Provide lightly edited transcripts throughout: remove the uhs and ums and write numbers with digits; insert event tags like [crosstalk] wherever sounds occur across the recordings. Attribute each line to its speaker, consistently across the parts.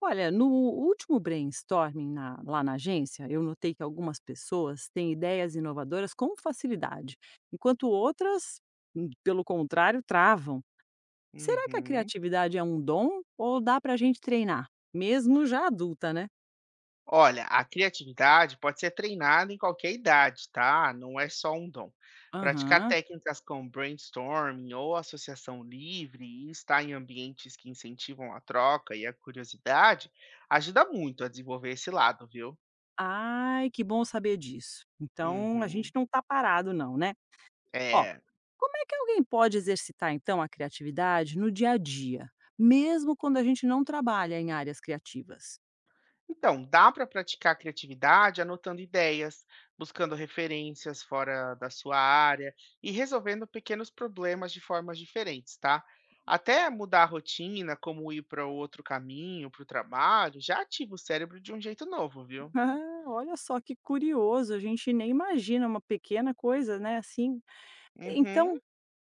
Speaker 1: Olha, no último brainstorming lá na agência, eu notei que algumas pessoas têm ideias inovadoras com facilidade, enquanto outras, pelo contrário, travam. Será que a
Speaker 2: Uhum.
Speaker 1: criatividade é um dom ou dá para a gente treinar, mesmo já adulta, né?
Speaker 2: Olha, a criatividade pode ser treinada em qualquer idade, tá? Não é só um dom. Praticar
Speaker 1: Aham.
Speaker 2: técnicas como brainstorming ou associação livre e estar em ambientes que incentivam a troca e a curiosidade ajuda muito a desenvolver esse lado, viu?
Speaker 1: Ai, que bom saber disso. Então, a gente
Speaker 2: Uhum.
Speaker 1: não está parado, não, né? Ó,
Speaker 2: É.
Speaker 1: como é que alguém pode exercitar, então, a criatividade no dia a dia, mesmo quando a gente não trabalha em áreas criativas?
Speaker 2: Então, dá para praticar a criatividade anotando ideias, buscando referências fora da sua área e resolvendo pequenos problemas de formas diferentes, tá? Até mudar a rotina, como ir para outro caminho, para o trabalho, já ativa o cérebro de um jeito novo, viu?
Speaker 1: Ah, olha só que curioso, a gente nem imagina uma pequena coisa, né, assim.
Speaker 2: Uhum,
Speaker 1: Então,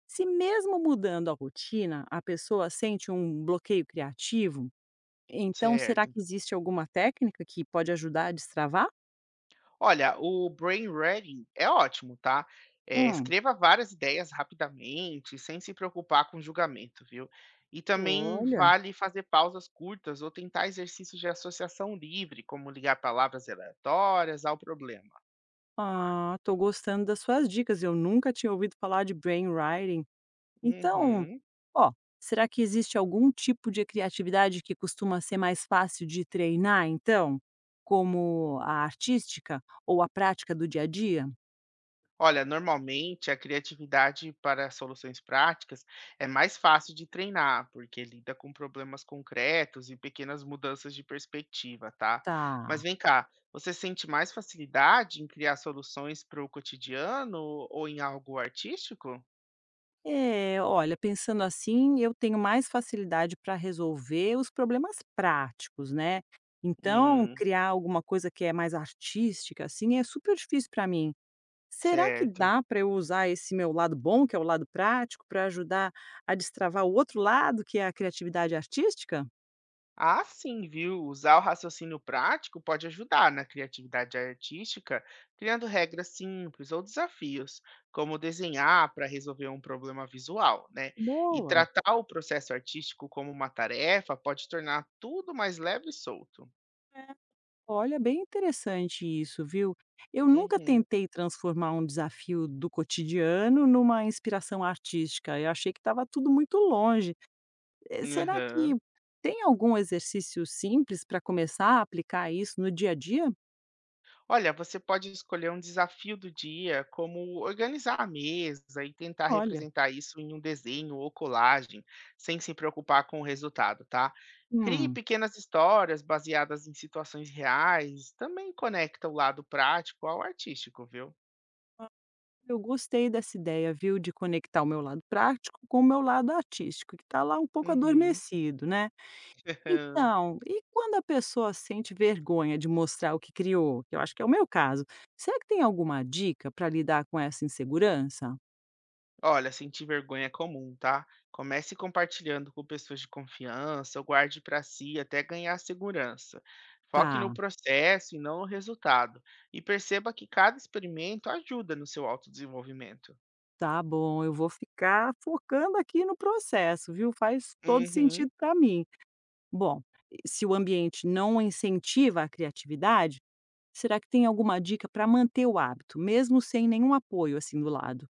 Speaker 1: se mesmo mudando a rotina, a pessoa sente um bloqueio criativo, então será
Speaker 2: certo.
Speaker 1: que existe alguma técnica que pode ajudar a destravar?
Speaker 2: Olha, o brainwriting é ótimo, tá? É,
Speaker 1: Hum.
Speaker 2: escreva várias ideias rapidamente, sem se preocupar com julgamento, viu? E também
Speaker 1: Olha,
Speaker 2: vale fazer pausas curtas ou tentar exercícios de associação livre, como ligar palavras aleatórias ao problema.
Speaker 1: ah, tô gostando das suas dicas. Eu nunca tinha ouvido falar de brainwriting. Então,
Speaker 2: Uhum.
Speaker 1: ó, será que existe algum tipo de criatividade que costuma ser mais fácil de treinar então? Como a artística ou a prática do dia a dia?
Speaker 2: Olha, normalmente a criatividade para soluções práticas é mais fácil de treinar, porque lida com problemas concretos e pequenas mudanças de perspectiva, tá? Mas
Speaker 1: Tá.
Speaker 2: vem cá, você sente mais facilidade em criar soluções para o cotidiano ou em algo artístico?
Speaker 1: É, olha, pensando assim, eu tenho mais facilidade para resolver os problemas práticos, né. Então,
Speaker 2: Hum,
Speaker 1: criar alguma coisa que é mais artística, assim, é super difícil para mim. Será que
Speaker 2: certo.
Speaker 1: dá para eu usar esse meu lado bom, que é o lado prático, para ajudar a destravar o outro lado, que é a criatividade artística?
Speaker 2: Ah, sim, viu? Usar o raciocínio prático pode ajudar na criatividade artística, criando regras simples ou desafios, como desenhar para resolver um problema visual, né? E
Speaker 1: Boa.
Speaker 2: tratar o processo artístico como uma tarefa pode tornar tudo mais leve e solto.
Speaker 1: É, olha, bem interessante isso, viu? Eu nunca
Speaker 2: Uhum.
Speaker 1: tentei transformar um desafio do cotidiano numa inspiração artística. Eu achei que estava tudo muito longe. Será que
Speaker 2: Aham.
Speaker 1: tem algum exercício simples para começar a aplicar isso no dia a dia?
Speaker 2: Olha, você pode escolher um desafio do dia, como organizar a mesa e tentar
Speaker 1: Olha.
Speaker 2: representar isso em um desenho ou colagem, sem se preocupar com o resultado, tá? Crie
Speaker 1: Hum.
Speaker 2: pequenas histórias baseadas em situações reais, também conecta o lado prático ao artístico, viu?
Speaker 1: Eu gostei dessa ideia, viu, de conectar o meu lado prático com o meu lado artístico, que está lá um pouco
Speaker 2: Uhum.
Speaker 1: adormecido, né.
Speaker 2: [laughs]
Speaker 1: Então, e quando a pessoa sente vergonha de mostrar o que criou, que eu acho que é o meu caso, será que tem alguma dica para lidar com essa insegurança?
Speaker 2: Olha, sentir vergonha é comum, tá? Comece compartilhando com pessoas de confiança, ou guarde para si até ganhar segurança. Foque no
Speaker 1: Tá,
Speaker 2: processo e não no resultado. E perceba que cada experimento ajuda no seu autodesenvolvimento.
Speaker 1: tá bom, eu vou ficar focando aqui no processo, viu, faz todo
Speaker 2: Uhum.
Speaker 1: sentido para mim. Bom, se o ambiente não incentiva a criatividade, será que tem alguma dica para manter o hábito, mesmo sem nenhum apoio, assim, do lado?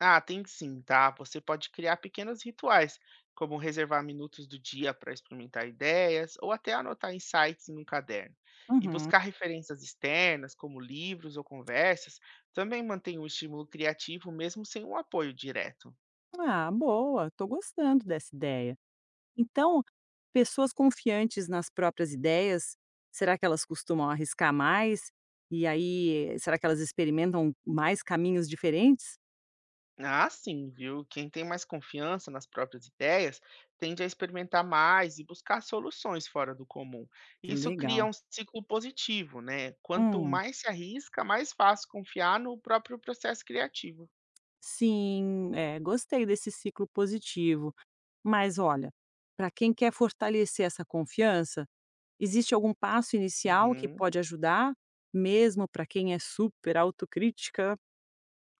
Speaker 2: Ah, tem sim, tá? Você pode criar pequenos rituais, como reservar minutos do dia para experimentar ideias ou até anotar insights em um caderno. E
Speaker 1: Uhum.
Speaker 2: buscar referências externas, como livros ou conversas, também mantém o estímulo criativo mesmo sem um apoio direto.
Speaker 1: Ah, boa, estou gostando dessa ideia. Então, pessoas confiantes nas próprias ideias, será que elas costumam arriscar mais? E aí, será que elas experimentam mais caminhos diferentes?
Speaker 2: Ah, sim, viu? Quem tem mais confiança nas próprias ideias tende a experimentar mais e buscar soluções fora do comum. Isso cria
Speaker 1: Legal.
Speaker 2: um ciclo positivo, né? Quanto
Speaker 1: Hum,
Speaker 2: mais se arrisca, mais fácil confiar no próprio processo criativo.
Speaker 1: sim, é, gostei desse ciclo positivo. Mas olha, para quem quer fortalecer essa confiança, existe algum passo inicial que
Speaker 2: Uhum.
Speaker 1: pode ajudar, mesmo para quem é super autocrítica?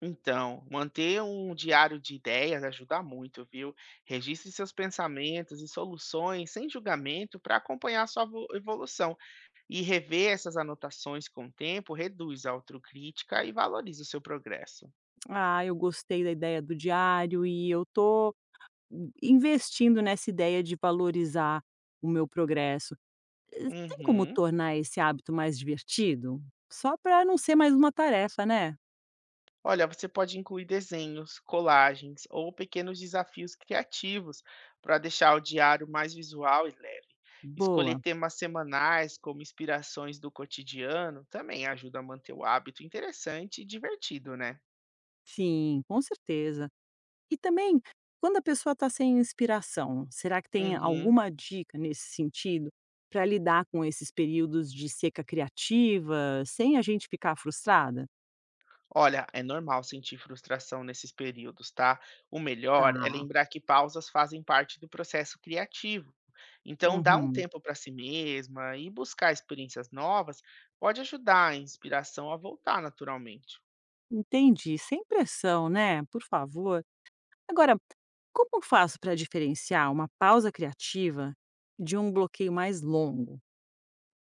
Speaker 2: Então, manter um diário de ideias ajuda muito, viu? Registre seus pensamentos e soluções sem julgamento para acompanhar sua evolução. E rever essas anotações com o tempo reduz a autocrítica e valoriza o seu progresso.
Speaker 1: "Ah, eu gostei da ideia do diário e eu tô in investindo nessa ideia de valorizar o meu progresso". Tem como
Speaker 2: Uhum.
Speaker 1: tornar esse hábito mais divertido? Só para não ser mais uma tarefa, né.
Speaker 2: Olha, você pode incluir desenhos, colagens ou pequenos desafios criativos para deixar o diário mais visual e leve. Escolher
Speaker 1: Boa.
Speaker 2: temas semanais como inspirações do cotidiano também ajuda a manter o hábito interessante e divertido, né?
Speaker 1: Sim, com certeza. E também, quando a pessoa está sem inspiração, será que tem
Speaker 2: Uhum.
Speaker 1: alguma dica nesse sentido para lidar com esses períodos de seca criativa, sem a gente ficar frustrada?
Speaker 2: Olha, é normal sentir frustração nesses períodos, tá? O melhor é
Speaker 1: Tá.
Speaker 2: lembrar que pausas fazem parte do processo criativo. Então, dar um
Speaker 1: Uhum.
Speaker 2: tempo para si mesma e buscar experiências novas pode ajudar a inspiração a voltar naturalmente.
Speaker 1: Entendi. Sem pressão, né? Por favor. Agora, como eu faço para diferenciar uma pausa criativa de um bloqueio mais longo?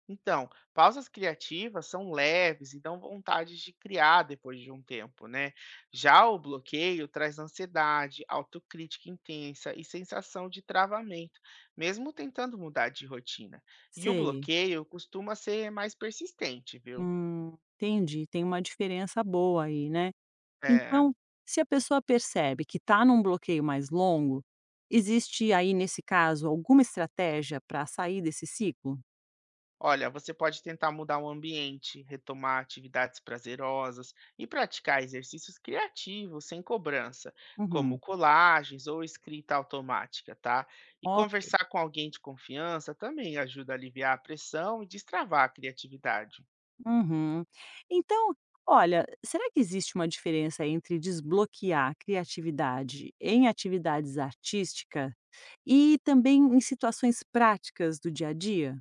Speaker 2: Então, pausas criativas são leves e dão vontade de criar depois de um tempo, né? Já o bloqueio traz ansiedade, autocrítica intensa e sensação de travamento, mesmo tentando mudar de rotina. E o
Speaker 1: Sei.
Speaker 2: bloqueio costuma ser mais persistente, viu?
Speaker 1: Entendi. Tem uma diferença boa aí, né?
Speaker 2: É.
Speaker 1: Então, se a pessoa percebe que está num bloqueio mais longo, existe aí, nesse caso, alguma estratégia para sair desse ciclo?
Speaker 2: Olha, você pode tentar mudar o ambiente, retomar atividades prazerosas e praticar exercícios criativos sem cobrança, como
Speaker 1: Uhum,
Speaker 2: colagens ou escrita automática, tá? E
Speaker 1: ok.
Speaker 2: conversar com alguém de confiança também ajuda a aliviar a pressão e destravar a criatividade.
Speaker 1: Uhum. Então, olha, será que existe uma diferença entre desbloquear a criatividade em atividades artísticas e também em situações práticas do dia a dia?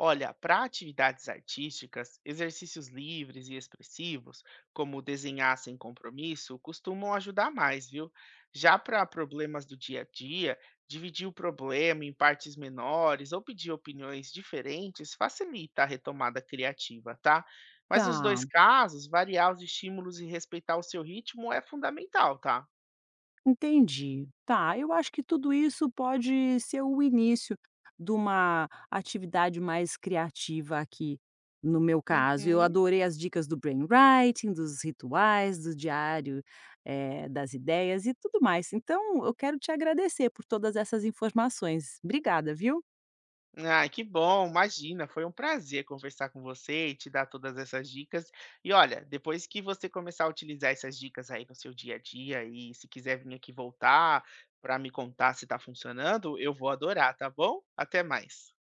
Speaker 2: Olha, para atividades artísticas, exercícios livres e expressivos, como desenhar sem compromisso, costumam ajudar mais, viu? Já para problemas do dia a dia, dividir o problema em partes menores ou pedir opiniões diferentes facilita a retomada criativa, tá? Mas nos dois
Speaker 1: Tá.
Speaker 2: casos, variar os estímulos e respeitar o seu ritmo é fundamental, tá?
Speaker 1: Entendi. Tá, eu acho que tudo isso pode ser o início de uma atividade mais criativa aqui, no meu caso. Eu
Speaker 2: Uhum.
Speaker 1: adorei as dicas do brainwriting, dos rituais, do diário, das ideias e tudo mais. Então, eu quero te agradecer por todas essas informações. Obrigada, viu?
Speaker 2: Ai, que bom, imagina, foi um prazer conversar com você e te dar todas essas dicas. E olha, depois que você começar a utilizar essas dicas aí no seu dia a dia e se quiser vir aqui voltar para me contar se está funcionando, eu vou adorar, tá bom? Até mais.